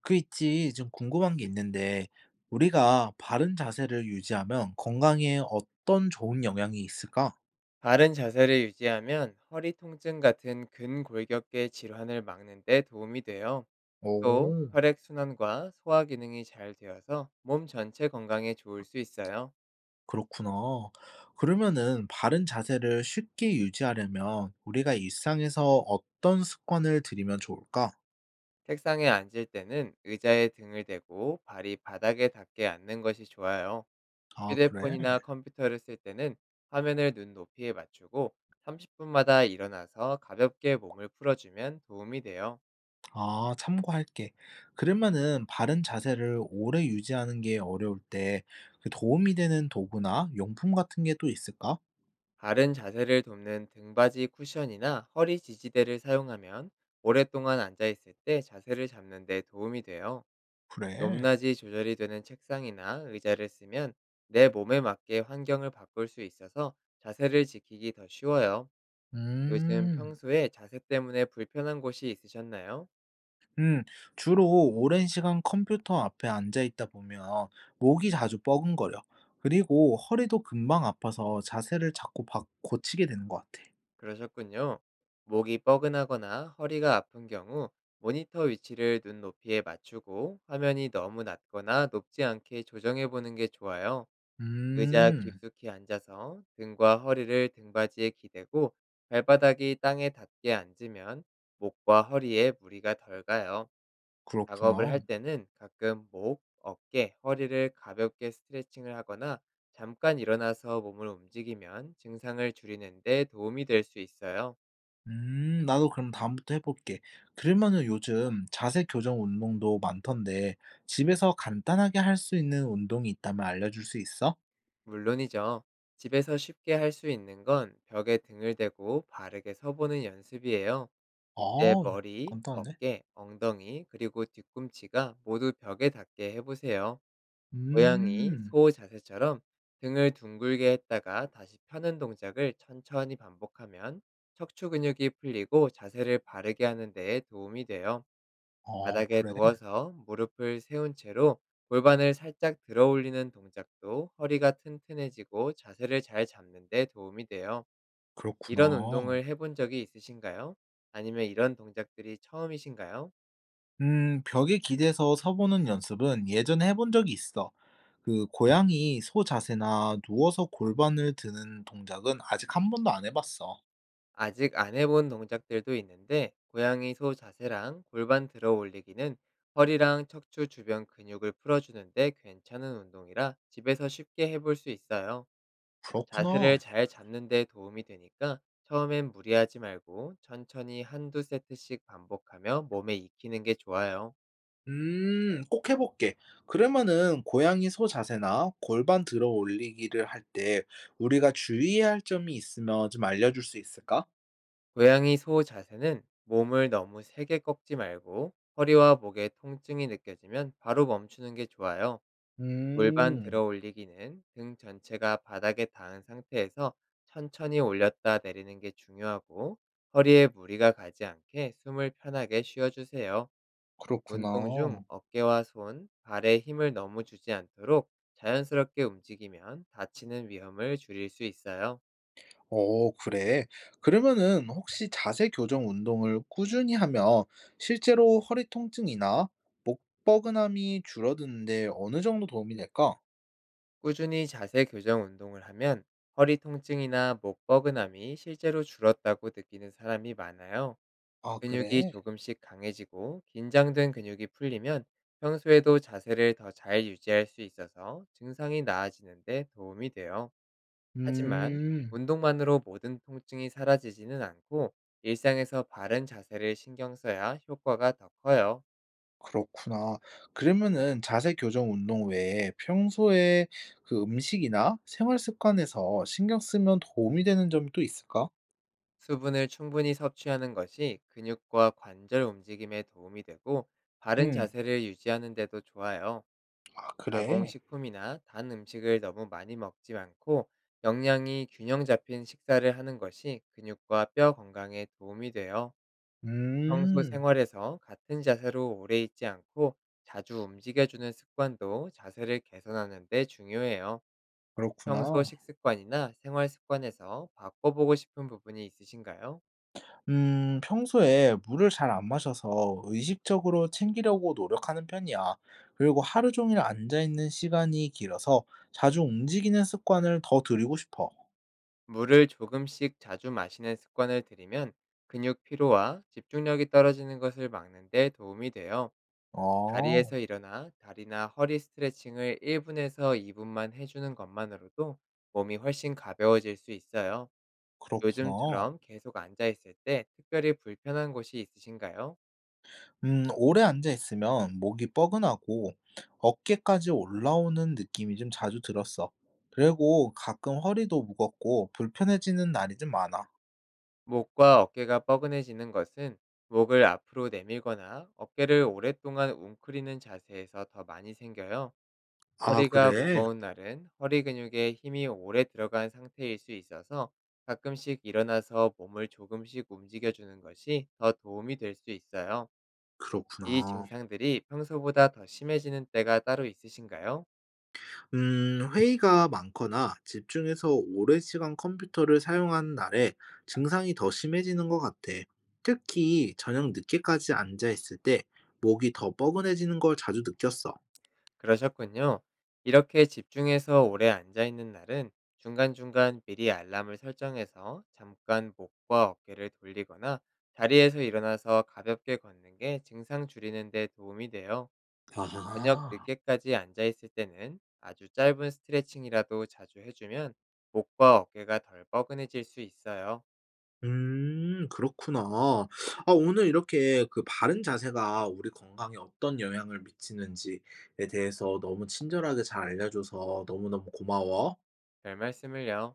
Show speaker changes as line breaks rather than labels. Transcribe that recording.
그 있지, 좀 궁금한 게 있는데, 우리가 바른 자세를 유지하면 건강에 어떤 좋은 영향이 있을까?
바른 자세를 유지하면 허리 통증 같은 근골격계 질환을 막는 데 도움이 돼요. 또
오,
혈액 순환과 소화 기능이 잘 되어서 몸 전체 건강에 좋을 수 있어요.
그렇구나. 그러면은 바른 자세를 쉽게 유지하려면 우리가 일상에서 어떤 습관을 들이면 좋을까?
책상에 앉을 때는 의자에 등을 대고 발이 바닥에 닿게 앉는 것이 좋아요.
아, 그래?
휴대폰이나 컴퓨터를 쓸 때는 화면을 눈 높이에 맞추고 30분마다 일어나서 가볍게 몸을 풀어주면 도움이 돼요.
아, 참고할게. 그러면은 바른 자세를 오래 유지하는 게 어려울 때 그 도움이 되는 도구나 용품 같은 게 또 있을까?
바른 자세를 돕는 등받이 쿠션이나 허리 지지대를 사용하면 오랫동안 앉아있을 때 자세를 잡는 데 도움이 돼요.
그래.
높낮이 조절이 되는 책상이나 의자를 쓰면 내 몸에 맞게 환경을 바꿀 수 있어서 자세를 지키기 더 쉬워요. 요즘
음.
평소에 자세 때문에 불편한 곳이 있으셨나요?
음, 주로 오랜 시간 컴퓨터 앞에 앉아 있다 보면 목이 자주 뻐근거려. 그리고 허리도 금방 아파서 자세를 자꾸 고치게 되는 것 같아.
그러셨군요. 목이 뻐근하거나 허리가 아픈 경우 모니터 위치를 눈 높이에 맞추고 화면이 너무 낮거나 높지 않게 조정해 보는 게 좋아요. 의자
음,
깊숙이 앉아서 등과 허리를 등받이에 기대고 발바닥이 땅에 닿게 앉으면 목과 허리에 무리가 덜 가요. 작업을
그렇구나.
할 때는 가끔 목, 어깨, 허리를 가볍게 스트레칭을 하거나 잠깐 일어나서 몸을 움직이면 증상을 줄이는 데 도움이 될 수 있어요.
나도 그럼 다음부터 해볼게. 그러면은 요즘 자세 교정 운동도 많던데 집에서 간단하게 할 수 있는 운동이 있다면 알려줄 수 있어?
물론이죠. 집에서 쉽게 할 수 있는 건 벽에 등을 대고 바르게 서보는 연습이에요.
아,
이때 머리,
간단하네.
어깨, 엉덩이, 그리고 뒤꿈치가 모두 벽에 닿게 해보세요. 고양이,
음,
소 자세처럼 등을 둥글게 했다가 다시 펴는 동작을 천천히 반복하면 척추 근육이 풀리고 자세를 바르게 하는 데에 도움이 돼요.
아,
바닥에
그래.
누워서 무릎을 세운 채로 골반을 살짝 들어 올리는 동작도 허리가 튼튼해지고 자세를 잘 잡는 데 도움이 돼요. 이런
그렇구나.
운동을 해본 적이 있으신가요? 아니면 이런 동작들이 처음이신가요?
벽에 기대서 서보는 연습은 예전에 해본 적이 있어. 그 고양이 소 자세나 누워서 골반을 드는 동작은 아직 한 번도 안 해봤어.
아직 안 해본 동작들도 있는데 고양이 소 자세랑 골반 들어 올리기는 허리랑 척추 주변 근육을 풀어주는데 괜찮은 운동이라 집에서 쉽게 해볼 수 있어요. 자세를
그렇구나.
잘 잡는 데 도움이 되니까 처음엔 무리하지 말고 천천히 한두 세트씩 반복하며 몸에 익히는 게 좋아요.
꼭 해볼게. 그러면은 고양이 소 자세나 골반 들어 올리기를 할 때 우리가 주의해야 할 점이 있으면 좀 알려줄 수 있을까?
고양이 소 자세는 몸을 너무 세게 꺾지 말고 허리와 목에 통증이 느껴지면 바로 멈추는 게 좋아요. 골반
음,
들어 올리기는 등 전체가 바닥에 닿은 상태에서 천천히 올렸다 내리는 게 중요하고 허리에 무리가 가지 않게 숨을 편하게 쉬어주세요.
그렇구나.
운동 중 어깨와 손, 발에 힘을 너무 주지 않도록 자연스럽게 움직이면 다치는 위험을 줄일 수 있어요.
오 그래. 그러면은 혹시 자세 교정 운동을 꾸준히 하면 실제로 허리 통증이나 목 뻐근함이 줄어드는데 어느 정도 도움이 될까?
꾸준히 자세 교정 운동을 하면 허리 통증이나 목 뻐근함이 실제로 줄었다고 느끼는 사람이 많아요.
아,
근육이
그래.
조금씩 강해지고 긴장된 근육이 풀리면 평소에도 자세를 더 잘 유지할 수 있어서 증상이 나아지는데 도움이 돼요. 하지만
음,
운동만으로 모든 통증이 사라지지는 않고 일상에서 바른 자세를 신경 써야 효과가 더 커요.
그렇구나. 그러면은 자세 교정 운동 외에 평소에 그 음식이나 생활 습관에서 신경 쓰면 도움이 되는 점이 또 있을까?
수분을 충분히 섭취하는 것이 근육과 관절 움직임에 도움이 되고 바른
음,
자세를 유지하는 데도 좋아요.
아, 그래.
가공식품이나 단 음식을 너무 많이 먹지 않고 영양이 균형 잡힌 식사를 하는 것이 근육과 뼈 건강에 도움이 돼요. 평소
음,
생활에서 같은 자세로 오래 있지 않고 자주 움직여주는 습관도 자세를 개선하는 데 중요해요. 평소
그렇구나.
식습관이나 생활 습관에서 바꿔보고 싶은 부분이 있으신가요?
평소에 물을 잘 안 마셔서 의식적으로 챙기려고 노력하는 편이야. 그리고 하루 종일 앉아 있는 시간이 길어서 자주 움직이는 습관을 더 들이고 싶어.
물을 조금씩 자주 마시는 습관을 들이면 근육 피로와 집중력이 떨어지는 것을 막는 데 도움이 돼요.
아,
자리에서 일어나 다리나 허리 스트레칭을 1분에서 2분만 해주는 것만으로도 몸이 훨씬 가벼워질 수 있어요.
그렇구나.
요즘처럼 계속 앉아 있을 때 특별히 불편한 곳이 있으신가요?
오래 앉아 있으면 목이 뻐근하고 어깨까지 올라오는 느낌이 좀 자주 들었어. 그리고 가끔 허리도 무겁고 불편해지는 날이 좀 많아.
목과 어깨가 뻐근해지는 것은 목을 앞으로 내밀거나 어깨를 오랫동안 웅크리는 자세에서 더 많이 생겨요.
아,
허리가
그래?
무거운 날은 허리 근육에 힘이 오래 들어간 상태일 수 있어서 가끔씩 일어나서 몸을 조금씩 움직여주는 것이 더 도움이 될 수 있어요. 이
그렇구나.
증상들이 평소보다 더 심해지는 때가 따로 있으신가요?
회의가 많거나 집중해서 오랜 시간 컴퓨터를 사용하는 날에 증상이 더 심해지는 것 같아. 특히 저녁 늦게까지 앉아 있을 때 목이 더 뻐근해지는 걸 자주 느꼈어.
그러셨군요. 이렇게 집중해서 오래 앉아 있는 날은 중간중간 미리 알람을 설정해서 잠깐 목과 어깨를 돌리거나 자리에서 일어나서 가볍게 걷는 게 증상 줄이는 데 도움이 돼요. 저녁
아하.
늦게까지 앉아 있을 때는 아주 짧은 스트레칭이라도 자주 해주면 목과 어깨가 덜 뻐근해질 수 있어요.
그렇구나. 아, 오늘 이렇게 그 바른 자세가 우리 건강에 어떤 영향을 미치는지에 대해서 너무 친절하게 잘 알려줘서 너무너무 고마워.
별 말씀을요.